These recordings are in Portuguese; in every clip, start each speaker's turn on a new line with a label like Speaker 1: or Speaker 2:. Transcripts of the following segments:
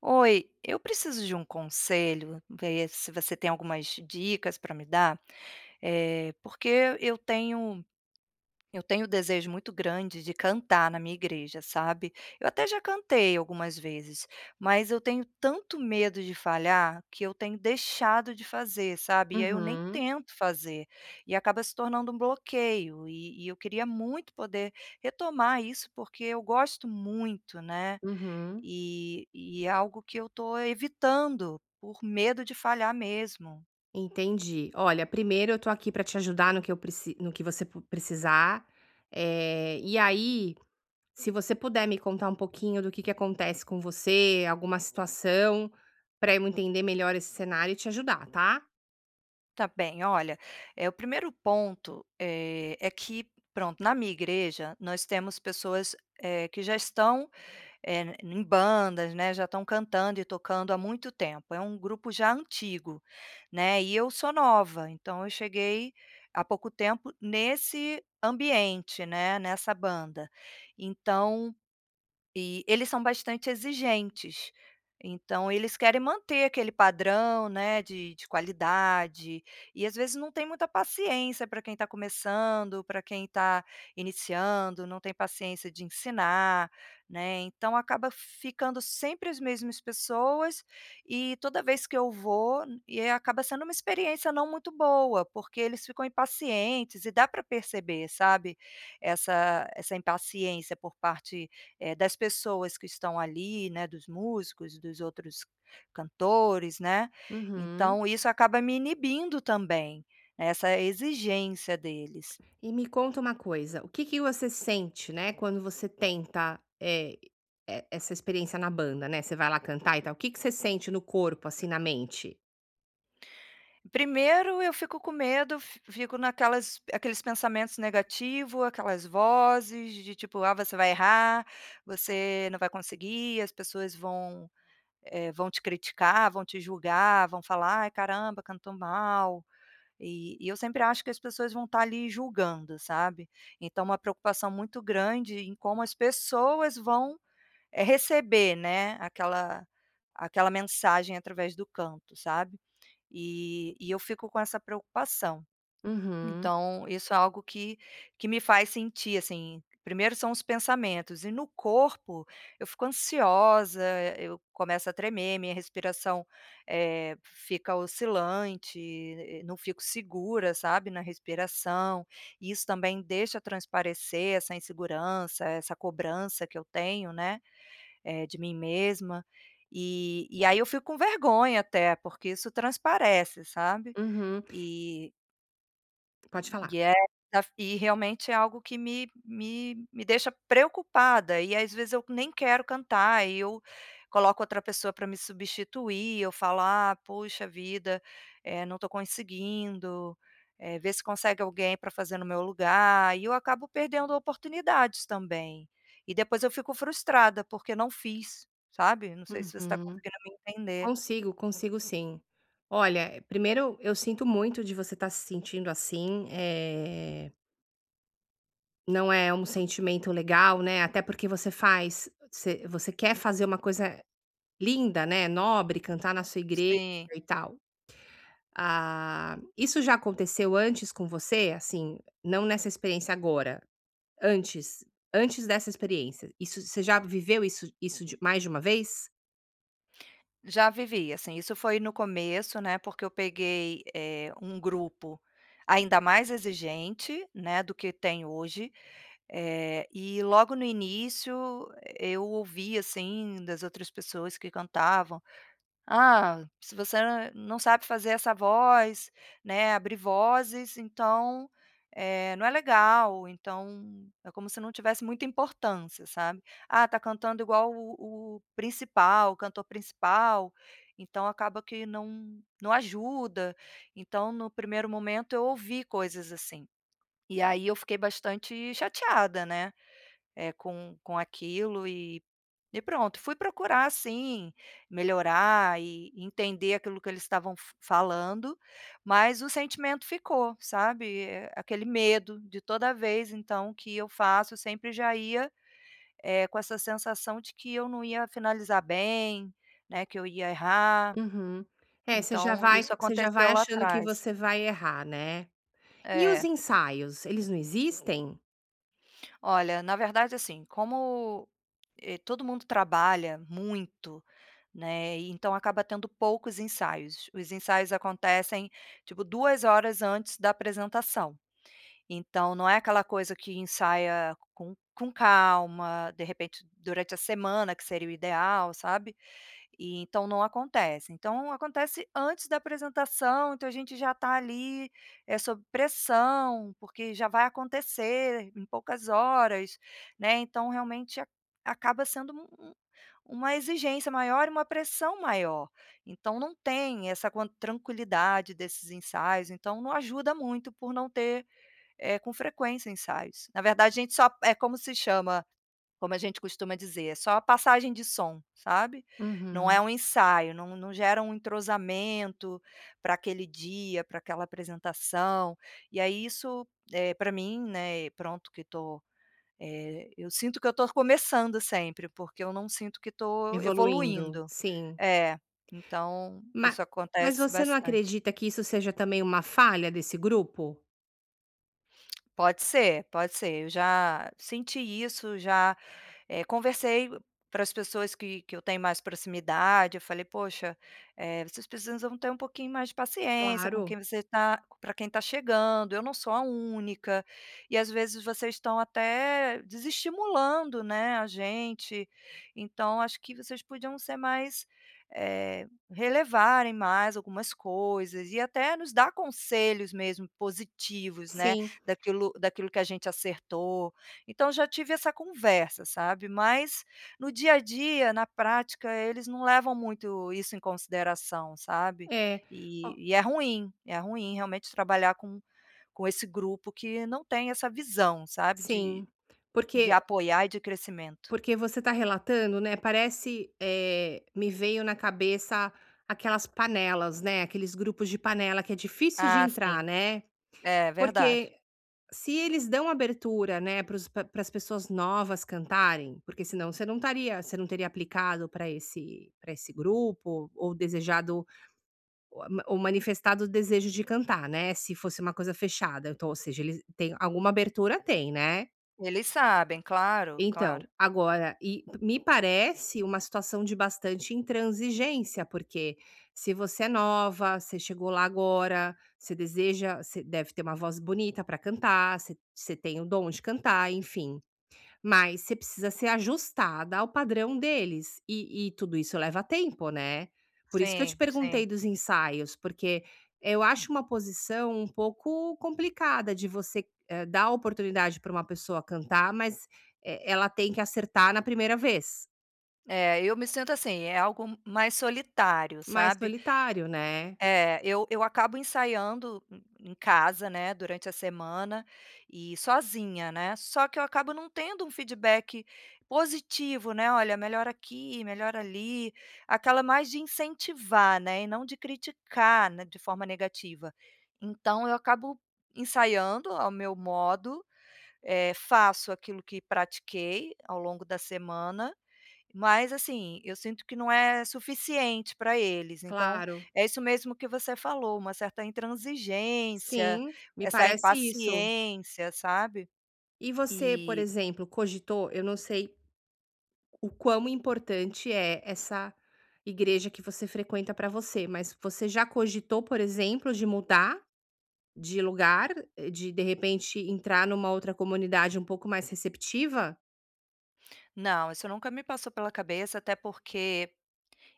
Speaker 1: Oi, eu preciso de um conselho, ver se você tem algumas dicas para me dar, porque eu tenho um desejo muito grande de cantar na minha igreja, sabe. Eu até já cantei algumas vezes, mas eu tenho tanto medo de falhar que eu tenho deixado de fazer, sabe. E aí eu nem
Speaker 2: Uhum,
Speaker 1: tento fazer, e acaba se tornando um bloqueio, e eu queria muito poder retomar isso, porque eu gosto muito, né.
Speaker 2: uhum,
Speaker 1: E é algo que eu estou evitando por medo de falhar mesmo.
Speaker 2: entendi. Olha, primeiro eu tô aqui pra te ajudar no que eu preci no que você pu precisar, é e aí, se você puder me contar um pouquinho do que acontece com você, alguma situação, pra eu entender melhor esse cenário e te ajudar, tá?
Speaker 1: Tá bem, olha, é o primeiro ponto, é que, pronto, na minha igreja nós temos pessoas, que já estão, em bandas, né, já estão cantando e tocando há muito tempo, é um grupo já antigo, né, e eu sou nova, então eu cheguei há pouco tempo nesse ambiente, né, nessa banda. Então, E eles são bastante exigentes, então eles querem manter aquele padrão, né, de qualidade, e às vezes não tem muita paciência para quem está começando, para quem está iniciando, não tem paciência de ensinar, né, então acaba ficando sempre as mesmas pessoas, e toda vez que eu vou e acaba sendo uma experiência não muito boa, porque eles ficam impacientes e dá para perceber, sabe, essa impaciência por parte das pessoas que estão ali, né, dos músicos, dos outros cantores, né.
Speaker 2: Uhum.
Speaker 1: Então isso acaba me inibindo também, né, essa exigência deles.
Speaker 2: E me conta uma coisa, o que que você sente, né, quando você tenta, é e essa experiência na banda, né, você vai lá cantar e tal, o que que você sente no corpo, assim, na mente?
Speaker 1: Primeiro eu fico com medo, fi fico naquelas aqueles pensamentos negativos, aquelas vozes de tipo: "Ah, você vai errar, você não vai conseguir, as pessoas vão, vão te criticar, vão te julgar, vão falar: 'Ai, caramba, cantou mal'". E eu sempre acho que as pessoas vão estar ali julgando, sabe. Então uma preocupação muito grande em como as pessoas vão, receber, né, aquela mensagem através do canto, sabe. E eu fico com essa preocupação.
Speaker 2: Uhum,
Speaker 1: Então, isso é algo que me faz sentir, assim, primeiro são os pensamentos e no corpo eu fico ansiosa, eu começo a tremer, minha respiração, fica oscilante, não fico segura, sabe, na respiração, e isso também deixa transparecer essa insegurança, essa cobrança que eu tenho, né, de mim mesma, e aí eu fico com vergonha até, porque isso transparece, sabe.
Speaker 2: uhum.
Speaker 1: E
Speaker 2: Pode falar.
Speaker 1: e é e realmente é algo que me deixa preocupada e às vezes eu nem quero cantar e eu coloco outra pessoa para me substituir, eu falo: "Ah, puxa vida, não estou conseguindo, vê se consegue alguém para fazer no meu lugar", e eu acabo perdendo oportunidades também. E depois eu fico frustrada porque não fiz, sabe. Não sei se você está
Speaker 2: Uhum.
Speaker 1: conseguindo me entender.
Speaker 2: Consigo, consigo sim. Olha, primeiro eu sinto muito de você estar se sentindo assim, é não é um sentimento legal, né, até porque você você quer fazer uma coisa linda, né, nobre, cantar na sua igreja
Speaker 1: Sim.
Speaker 2: e tal. Ah, isso já aconteceu antes com você? Assim, não nessa experiência agora, antes antes dessa experiência, isso você já viveu isso de mais de uma vez?
Speaker 1: Já vivi, assim, isso foi no começo, né, porque eu peguei, um grupo ainda mais exigente, né, do que tem hoje, e logo no início eu ouvi, assim, das outras pessoas que cantavam ah, se você não sabe fazer essa voz, né, abrir vozes, então, não é legal, então é como se não tivesse muita importância, sabe. Ah, tá cantando igual o principal, o cantor principal, então acaba que não ajuda. Então no primeiro momento eu ouvi coisas assim, e aí eu fiquei bastante chateada, né, com aquilo e pronto, fui procurar assim, melhorar e entender aquilo que eles estavam f falando, mas o sentimento ficou, sabe, aquele medo de toda vez, então, que eu faço, eu sempre já ia, com essa sensação de que eu não ia finalizar bem, né, que eu ia errar,
Speaker 2: Uhum. É, você já
Speaker 1: então
Speaker 2: vai
Speaker 1: isso
Speaker 2: você já vai
Speaker 1: aconteceu lá
Speaker 2: achando que
Speaker 1: atrás.
Speaker 2: você vai errar, né. E os
Speaker 1: É.
Speaker 2: ensaios, eles não existem?
Speaker 1: Olha, na verdade, assim, como, todo mundo trabalha muito, né, e então acaba tendo poucos ensaios. Os ensaios acontecem, tipo, 2 horas antes da apresentação. Então não é aquela coisa que ensaia com calma, de repente durante a semana, que seria o ideal, sabe. E então não acontece. Então acontece antes da apresentação, então a gente já está ali, sob pressão, porque já vai acontecer em poucas horas, né, então realmente a acaba sendo um uma exigência maior e uma pressão maior. Então não tem essa quan tranquilidade desses ensaios, então não ajuda muito por não ter, com frequência ensaios. Na verdade a gente só é como se chama, como a gente costuma dizer, é só a passagem de som, sabe. Não é
Speaker 2: Uhum.
Speaker 1: um ensaio, não gera um entrosamento para aquele dia, para aquela apresentação. E aí isso, para mim, né, pronto que tô, eu sinto que eu tô começando sempre, porque eu não sinto que tô
Speaker 2: Evoluindo,
Speaker 1: evoluindo.
Speaker 2: sim.
Speaker 1: É, então
Speaker 2: Ma
Speaker 1: isso
Speaker 2: mas
Speaker 1: acontece
Speaker 2: você não
Speaker 1: bastante.
Speaker 2: acredita que isso seja também uma falha desse grupo?
Speaker 1: Pode ser, pode ser. Eu já senti isso, já, conversei para as pessoas que eu tenho mais proximidade, eu falei: "Poxa, vocês precisam ter um pouquinho mais de paciência com quem
Speaker 2: Claro,
Speaker 1: você está, para quem está chegando, eu não sou a única, e às vezes vocês estão até desestimulando, né, a gente, então acho que vocês podiam ser mais, relevarem mais algumas coisas e até nos dar conselhos mesmo positivos, né,
Speaker 2: sim,
Speaker 1: Daquilo que a gente acertou. Então já tive essa conversa, sabe. Mas no dia a dia, na prática, eles não levam muito isso em consideração, sabe.
Speaker 2: é.
Speaker 1: E
Speaker 2: Ó
Speaker 1: e é ruim realmente trabalhar com esse grupo que não tem essa visão, sabe,
Speaker 2: sim,
Speaker 1: de
Speaker 2: porque
Speaker 1: apoiar e de crescimento.
Speaker 2: porque você está relatando, né, parece, me veio na cabeça aquelas panelas, né, aqueles grupos de panela que é difícil de
Speaker 1: Ah, sim.
Speaker 2: entrar, né.
Speaker 1: É, verdade.
Speaker 2: Porque se eles dão abertura, né, para as pessoas novas cantarem, porque senão você não teria aplicado para esse grupo ou desejado ou manifestado o desejo de cantar, né, se fosse uma coisa fechada. Então, ou seja, eles têm alguma abertura tem, né?
Speaker 1: Eles sabem, claro,
Speaker 2: Então,
Speaker 1: claro.
Speaker 2: agora e me parece uma situação de bastante intransigência, porque se você é nova, você chegou lá agora, você deve ter uma voz bonita para cantar, você você tem o dom de cantar, enfim. Mas você precisa ser ajustada ao padrão deles, e tudo isso leva tempo, né. Por isso que eu te
Speaker 1: Sim, sim.
Speaker 2: perguntei dos ensaios, porque eu acho uma posição um pouco complicada de você, dar a oportunidade para uma pessoa cantar, mas e ela tem que acertar na primeira vez.
Speaker 1: É, eu me sinto assim, é algo mais solitário,
Speaker 2: Mais
Speaker 1: sabe.
Speaker 2: solitário, né.
Speaker 1: É, eu acabo ensaiando em casa, né, durante a semana e sozinha, né, só que eu acabo não tendo um feedback positivo, né, "Olha, melhor aqui, melhor ali", aquela mais de incentivar, né, e não de criticar, né, de forma negativa. Então eu acabo ensaiando ao meu modo, faço aquilo que pratiquei ao longo da semana mas assim, eu sinto que não é suficiente para eles, então
Speaker 2: Claro.
Speaker 1: é isso mesmo que você falou, uma certa intransigência,
Speaker 2: Sim, me
Speaker 1: essa
Speaker 2: parece isso.
Speaker 1: impaciência, sabe.
Speaker 2: E você, por
Speaker 1: E
Speaker 2: exemplo, cogitou eu não sei o quão importante é essa igreja que você frequenta para você, mas você já cogitou, por exemplo, de mudar de lugar, de repente entrar numa outra comunidade um pouco mais receptiva?
Speaker 1: não, isso nunca me passou pela cabeça, até porque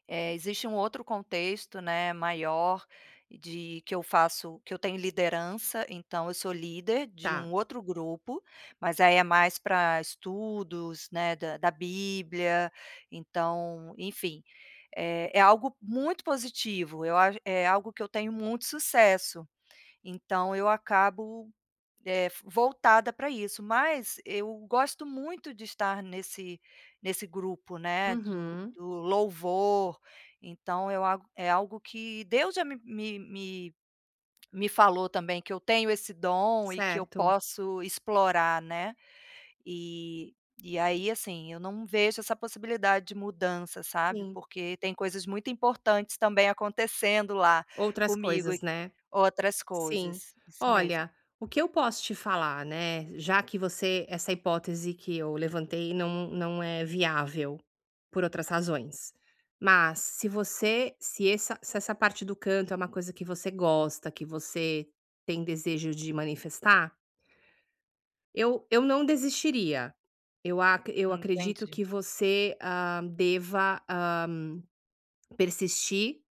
Speaker 1: É, existe um outro contexto, né, maior de que eu faço que eu tenho liderança, então eu sou líder de
Speaker 2: Tá.
Speaker 1: um outro grupo, mas aí é mais para estudos, né, da Bíblia, então, enfim, é algo muito positivo, eu acho é algo que eu tenho muito sucesso, então eu acabo voltada para isso, mas eu gosto muito de estar nesse grupo, né, do
Speaker 2: Uhum.
Speaker 1: do louvor, então eu algo é algo que Deus já me falou também que eu tenho esse dom e que eu
Speaker 2: Certo,
Speaker 1: posso explorar, né, e e aí, assim, eu não vejo essa possibilidade de mudança, sabe,
Speaker 2: sim.
Speaker 1: porque tem coisas muito importantes também acontecendo lá
Speaker 2: Outras
Speaker 1: comigo
Speaker 2: coisas,
Speaker 1: e
Speaker 2: né?
Speaker 1: outras
Speaker 2: Sim.
Speaker 1: coisas, isso mesmo.
Speaker 2: Olha, o que eu posso te falar, né, já que você essa hipótese que eu levantei não não é viável, por outras razões. Mas se essa se essa parte do canto é uma coisa que você gosta, que você tem desejo de manifestar, eu não desistiria. Eu acredito
Speaker 1: Entendi.
Speaker 2: que você, deva, persistir.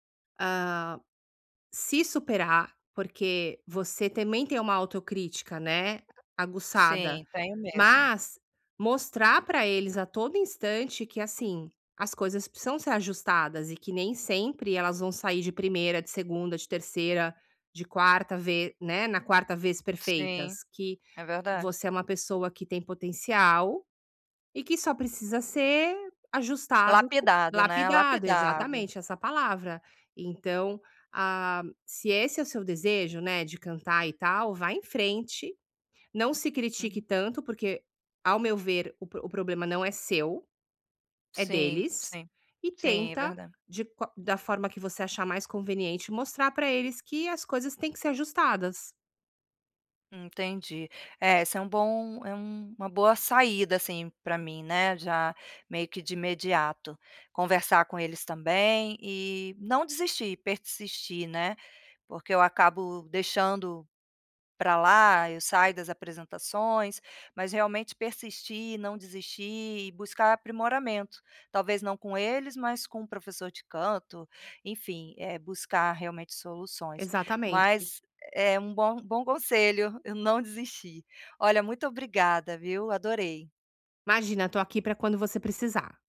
Speaker 2: Se superar, porque você também tem uma autocrítica, né, aguçada,
Speaker 1: Sim, tenho mesmo.
Speaker 2: mas mostrar pra eles a todo instante que, assim, as coisas precisam ser ajustadas e que nem sempre elas vão sair de primeira, de segunda, de terceira, de quarta vez, né, na quarta vez
Speaker 1: Sim,
Speaker 2: perfeitas, que
Speaker 1: é verdade.
Speaker 2: você é uma pessoa que tem potencial e que só precisa ser ajustado, co
Speaker 1: Lapidado, né,
Speaker 2: lapidado,
Speaker 1: lapidado.
Speaker 2: exatamente, essa palavra. Então, se esse é o seu desejo, né, de cantar e tal, vá em frente, não se critique
Speaker 1: Uhum.
Speaker 2: tanto, porque, ao meu ver, o problema não é seu, é
Speaker 1: Sim,
Speaker 2: deles,
Speaker 1: sim.
Speaker 2: e
Speaker 1: Sim, é
Speaker 2: tenta,
Speaker 1: verdade.
Speaker 2: de qua da forma que você achar mais conveniente, mostrar para eles que as coisas têm que ser ajustadas.
Speaker 1: Entendi. É, esse é um bom é um uma boa saída, assim, pra mim, né, já meio que de imediato. Conversar com eles também e não desistir, persistir, né, porque eu acabo deixando para lá, eu saio das apresentações, mas realmente persistir, não desistir e buscar aprimoramento. Talvez não com eles, mas com o professor de canto, enfim, buscar realmente soluções.
Speaker 2: Exatamente.
Speaker 1: Mas é um bom conselho, eu não desistir. Olha, muito obrigada, viu, adorei.
Speaker 2: Imagina, tô aqui para quando você precisar.